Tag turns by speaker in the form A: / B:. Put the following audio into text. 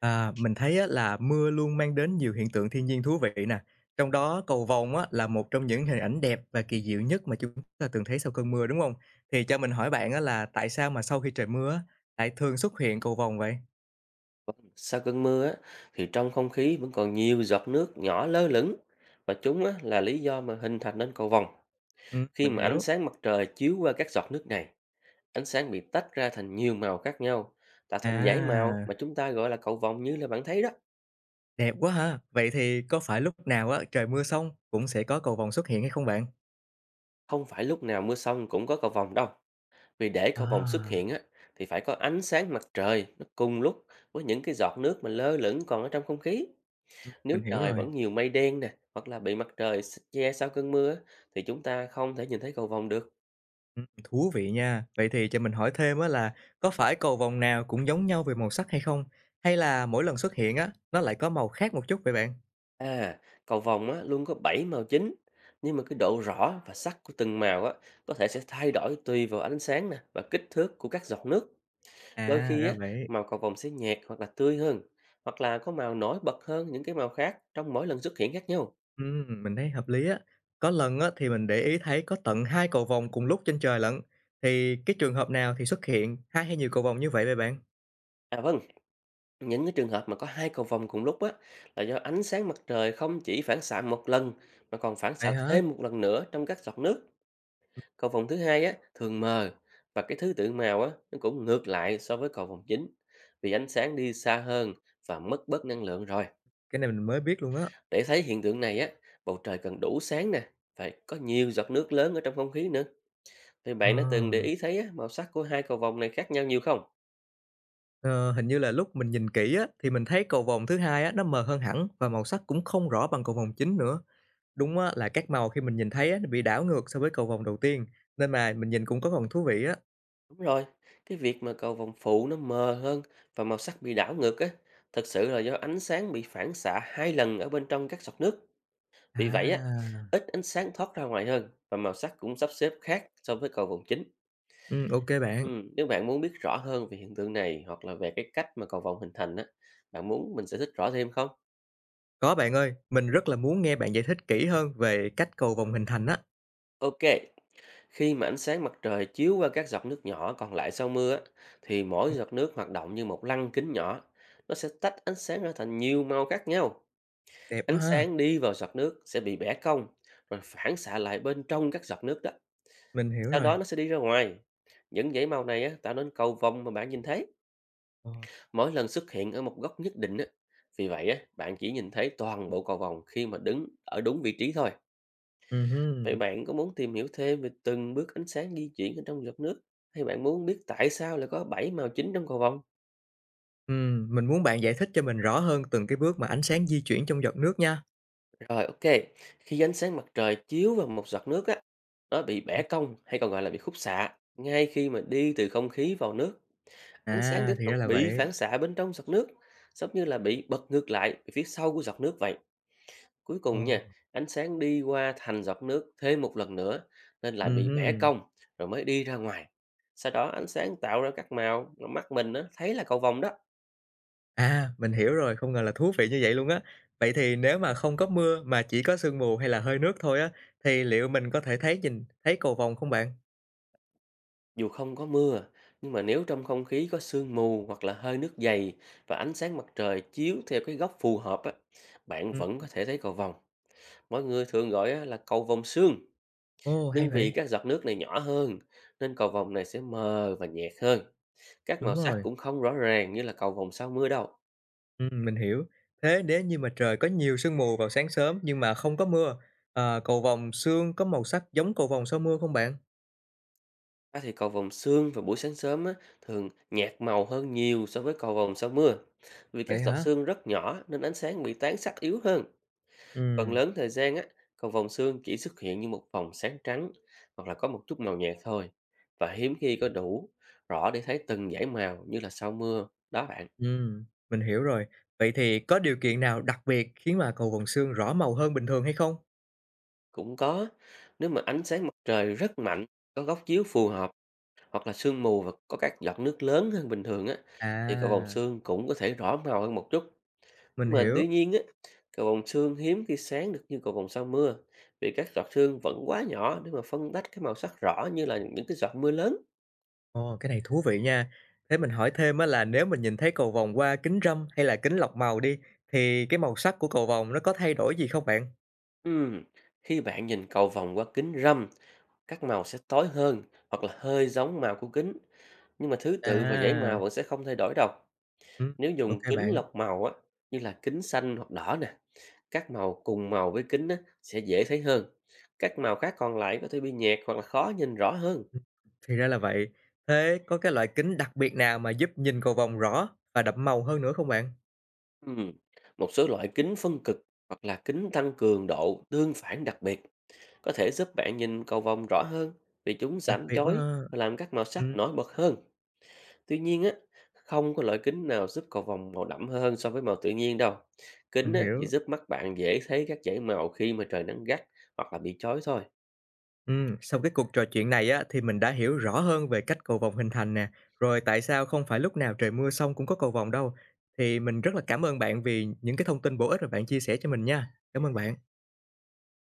A: À, mình thấy á, là mưa luôn mang đến nhiều hiện tượng thiên nhiên thú vị nè. Trong đó cầu vồng á, là một trong những hình ảnh đẹp và kỳ diệu nhất mà chúng ta từng thấy sau cơn mưa đúng không? Thì cho mình hỏi bạn á, là tại sao mà sau khi trời mưa á, lại thường xuất hiện cầu vồng vậy?
B: Sau cơn mưa á, thì trong không khí vẫn còn nhiều giọt nước nhỏ lơ lửng và chúng á, là lý do mà hình thành nên cầu vồng.
A: Ừ,
B: Khi
A: mình
B: mà ánh
A: hiểu.
B: sáng mặt trời chiếu qua các giọt nước này, ánh sáng bị tách ra thành nhiều màu khác nhau, tạo thành dải màu
A: À,
B: mà chúng ta gọi là cầu vồng như là bạn thấy đó.
A: đẹp quá ha. Vậy thì có phải lúc nào á, trời mưa xong cũng sẽ có cầu vồng xuất hiện hay không bạn?
B: Không phải lúc nào mưa xong cũng có cầu vồng đâu. Vì để cầu vồng xuất
A: À,
B: hiện á, thì phải có ánh sáng mặt trời nó cùng lúc với những cái giọt nước mà lơ lửng còn ở trong không khí.
A: ừ,
B: Nếu
A: mình hiểu
B: trời
A: rồi.
B: vẫn nhiều mây đen nè, hoặc là bị mặt trời che sau cơn mưa á, thì chúng ta không thể nhìn thấy cầu vồng được.
A: Thú vị nha. Vậy thì cho mình hỏi thêm á, là có phải cầu vồng nào cũng giống nhau về màu sắc hay không? Hay là mỗi lần xuất hiện á, nó lại có màu khác một chút vậy bạn?
B: À, cầu vồng á, luôn có 7 màu chính, nhưng mà cái độ rõ và sắc của từng màu á, có thể sẽ thay đổi tùy vào ánh sáng nè và kích thước của các giọt nước. Đôi
A: À,
B: khi
A: ra
B: á,
A: vậy.
B: màu cầu vồng sẽ nhạt hoặc là tươi hơn, hoặc là có màu nổi bật hơn những cái màu khác trong mỗi lần xuất hiện khác nhau.
A: Mình thấy hợp lý á. Có lần á thì mình để ý thấy có tận hai cầu vồng cùng lúc trên trời lận. Thì cái trường hợp nào thì xuất hiện hai hay nhiều cầu vồng như vậy vậy bạn?
B: À vâng, những cái trường hợp mà có hai cầu vồng cùng lúc á, là do ánh sáng mặt trời không chỉ phản xạ một lần mà còn phản xạ
A: Vậy hả?
B: thêm một lần nữa trong các giọt nước. Cầu vồng thứ hai á thường mờ, và cái thứ tự màu á nó cũng ngược lại so với cầu vồng chính, vì ánh sáng đi xa hơn và mất bớt năng lượng rồi.
A: Cái này mình mới biết luôn á.
B: Để thấy hiện tượng này á, bầu trời cần đủ sáng nè, phải có nhiều giọt nước lớn ở trong không khí nữa. Thì
A: Ờ.
B: bạn đã từng để ý thấy á, màu sắc của hai cầu vồng này khác nhau nhiều không?
A: Ờ, hình như là lúc mình nhìn kỹ á, thì mình thấy cầu vồng thứ hai á, nó mờ hơn hẳn và màu sắc cũng không rõ bằng cầu vồng chính nữa. Đúng á, là các màu khi mình nhìn thấy á, nó bị đảo ngược so với cầu vồng đầu tiên, nên mà mình nhìn cũng có phần thú vị á.
B: Đúng rồi, cái việc mà cầu vòng phụ nó mờ hơn và màu sắc bị đảo ngược á, thật sự là do ánh sáng bị phản xạ hai lần ở bên trong các giọt nước. Vì vậy á,
A: À,
B: ít ánh sáng thoát ra ngoài hơn, và màu sắc cũng sắp xếp khác so với cầu vòng chính.
A: ừ, ok
B: Ừ,
A: bạn.
B: nếu bạn muốn biết rõ hơn về hiện tượng này hoặc là về cái cách mà cầu vòng hình thành á, bạn muốn mình sẽ thích rõ thêm không?
A: Có bạn ơi, mình rất là muốn nghe bạn giải thích kỹ hơn về cách cầu vồng hình thành á.
B: Ok, khi mà ánh sáng mặt trời chiếu qua các giọt nước nhỏ còn lại sau mưa á, thì mỗi
A: Ừ,
B: giọt nước hoạt động như một lăng kính nhỏ. Nó sẽ tách ánh sáng ra thành nhiều màu khác nhau.
A: đẹp quá
B: Ánh
A: ha,
B: sáng đi vào giọt nước sẽ bị bẻ cong rồi phản xạ lại bên trong các giọt nước đó.
A: mình hiểu
B: Sau đó
A: rồi.
B: nó sẽ đi ra ngoài. Những dãy màu này á, tạo nên cầu vồng mà bạn nhìn thấy.
A: Ờ.
B: Mỗi lần xuất hiện ở một góc nhất định á. Vì vậy á, bạn chỉ nhìn thấy toàn bộ cầu vồng khi mà đứng ở đúng vị trí thôi.
A: Ừ,
B: Vậy
A: hừ.
B: bạn có muốn tìm hiểu thêm về từng bước ánh sáng di chuyển ở trong giọt nước, hay bạn muốn biết tại sao lại có 7 màu chính trong cầu vồng?
A: Ừ, mình muốn bạn giải thích cho mình rõ hơn từng cái bước mà ánh sáng di chuyển trong giọt nước nha.
B: Rồi, OK. Khi ánh sáng mặt trời chiếu vào một giọt nước á, nó bị bẻ cong hay còn gọi là bị khúc xạ ngay khi mà đi từ không khí vào nước. Ánh sáng
A: À,
B: tiếp
A: thì
B: tục
A: ra là
B: bị
A: vậy.
B: phản xạ bên trong giọt nước, giống như là bị bật ngược lại về phía sau của giọt nước vậy. Cuối
A: Ờ.
B: cùng nha, ánh sáng đi qua thành giọt nước thêm một lần nữa, nên lại
A: Ừ,
B: bị bẻ
A: hừ.
B: cong rồi mới đi ra ngoài. Sau đó ánh sáng tạo ra các màu, mà mắt mình á, thấy là cầu vồng đó.
A: À, mình hiểu rồi, không ngờ là thú vị như vậy luôn á. Vậy thì nếu mà không có mưa mà chỉ có sương mù hay là hơi nước thôi á, thì liệu mình có thể thấy nhìn thấy cầu vồng không bạn?
B: Dù không có mưa, nhưng mà nếu trong không khí có sương mù hoặc là hơi nước dày và ánh sáng mặt trời chiếu theo cái góc phù hợp á, bạn
A: Ừm,
B: vẫn có thể thấy cầu vồng. Mọi người thường gọi á là cầu vồng sương,
A: ồ, hay
B: nhưng vì
A: vậy.
B: các giọt nước này nhỏ hơn nên cầu vồng này sẽ mờ và nhạt hơn. Các màu
A: Đúng
B: sắc
A: rồi,
B: cũng không rõ ràng như là cầu vồng sau mưa đâu.
A: mình hiểu. Thế nếu như mà trời có nhiều sương mù vào sáng sớm nhưng mà không có mưa, ờ, cầu vồng sương có màu sắc giống cầu vồng sau mưa không bạn?
B: À, thì cầu vồng sương vào buổi sáng sớm á, thường nhạt màu hơn nhiều so với cầu vồng sau mưa. Vì các
A: Vậy
B: giọt
A: hả?
B: sương rất nhỏ nên ánh sáng bị tán sắc yếu hơn. Phần
A: Ừm,
B: lớn thời gian á, cầu vồng xương chỉ xuất hiện như một vòng sáng trắng hoặc là có một chút màu nhạt thôi, và hiếm khi có đủ rõ để thấy từng dải màu như là sau mưa. Đó bạn,
A: ừm, mình hiểu rồi. Vậy thì có điều kiện nào đặc biệt khiến mà cầu vồng sương rõ màu hơn bình thường hay không?
B: cũng có. Nếu mà ánh sáng mặt trời rất mạnh, có góc chiếu phù hợp, hoặc là sương mù và có các giọt nước lớn hơn bình thường á, thì cầu vồng
A: À,
B: xương cũng có thể rõ màu hơn một chút.
A: mình
B: Nhưng mà
A: hiểu.
B: tuy nhiên á, cầu vồng xương hiếm khi sáng được như cầu vồng sau mưa, vì các giọt sương vẫn quá nhỏ để mà phân tách cái màu sắc rõ như là những cái giọt mưa lớn.
A: Ồ, cái này thú vị nha. Thế mình hỏi thêm á, là nếu mình nhìn thấy cầu vồng qua kính râm hay là kính lọc màu đi, thì cái màu sắc của cầu vồng nó có thay đổi gì không bạn?
B: Ừm, Khi bạn nhìn cầu vồng qua kính râm, các màu sẽ tối hơn hoặc là hơi giống màu của kính, nhưng mà thứ tự và dãy
A: À,
B: màu vẫn sẽ không thay đổi đâu.
A: ừm,
B: Nếu
A: ô
B: dùng kính
A: bạn.
B: lọc màu á, như là kính xanh hoặc đỏ nè, các màu cùng màu với kính á, sẽ dễ thấy hơn. Các màu khác còn lại có thể bị nhạt hoặc là khó nhìn rõ hơn.
A: Ừm, thì ra là vậy. Thế có cái loại kính đặc biệt nào mà giúp nhìn cầu vồng rõ và đậm màu hơn nữa không bạn?
B: Ừm, Một số loại kính phân cực hoặc là kính tăng cường độ tương phản đặc biệt có thể giúp bạn nhìn cầu vồng rõ hơn, vì chúng
A: Đặc
B: giảm
A: biệt quá
B: chói
A: ha.
B: và làm các màu sắc
A: Ừm,
B: nổi bật hơn. Tuy nhiên á, không có loại kính nào giúp cầu vồng màu đậm hơn so với màu tự nhiên đâu. Kính
A: mình
B: á, chỉ
A: hiểu.
B: giúp mắt bạn dễ thấy các dải màu khi mà trời nắng gắt hoặc là bị chói thôi.
A: Sau cái cuộc trò chuyện này á, thì mình đã hiểu rõ hơn về cách cầu vồng hình thành nè, rồi tại sao không phải lúc nào trời mưa xong cũng có cầu vồng đâu. Thì mình rất là cảm ơn bạn vì những cái thông tin bổ ích mà bạn chia sẻ cho mình nha. Cảm ơn bạn.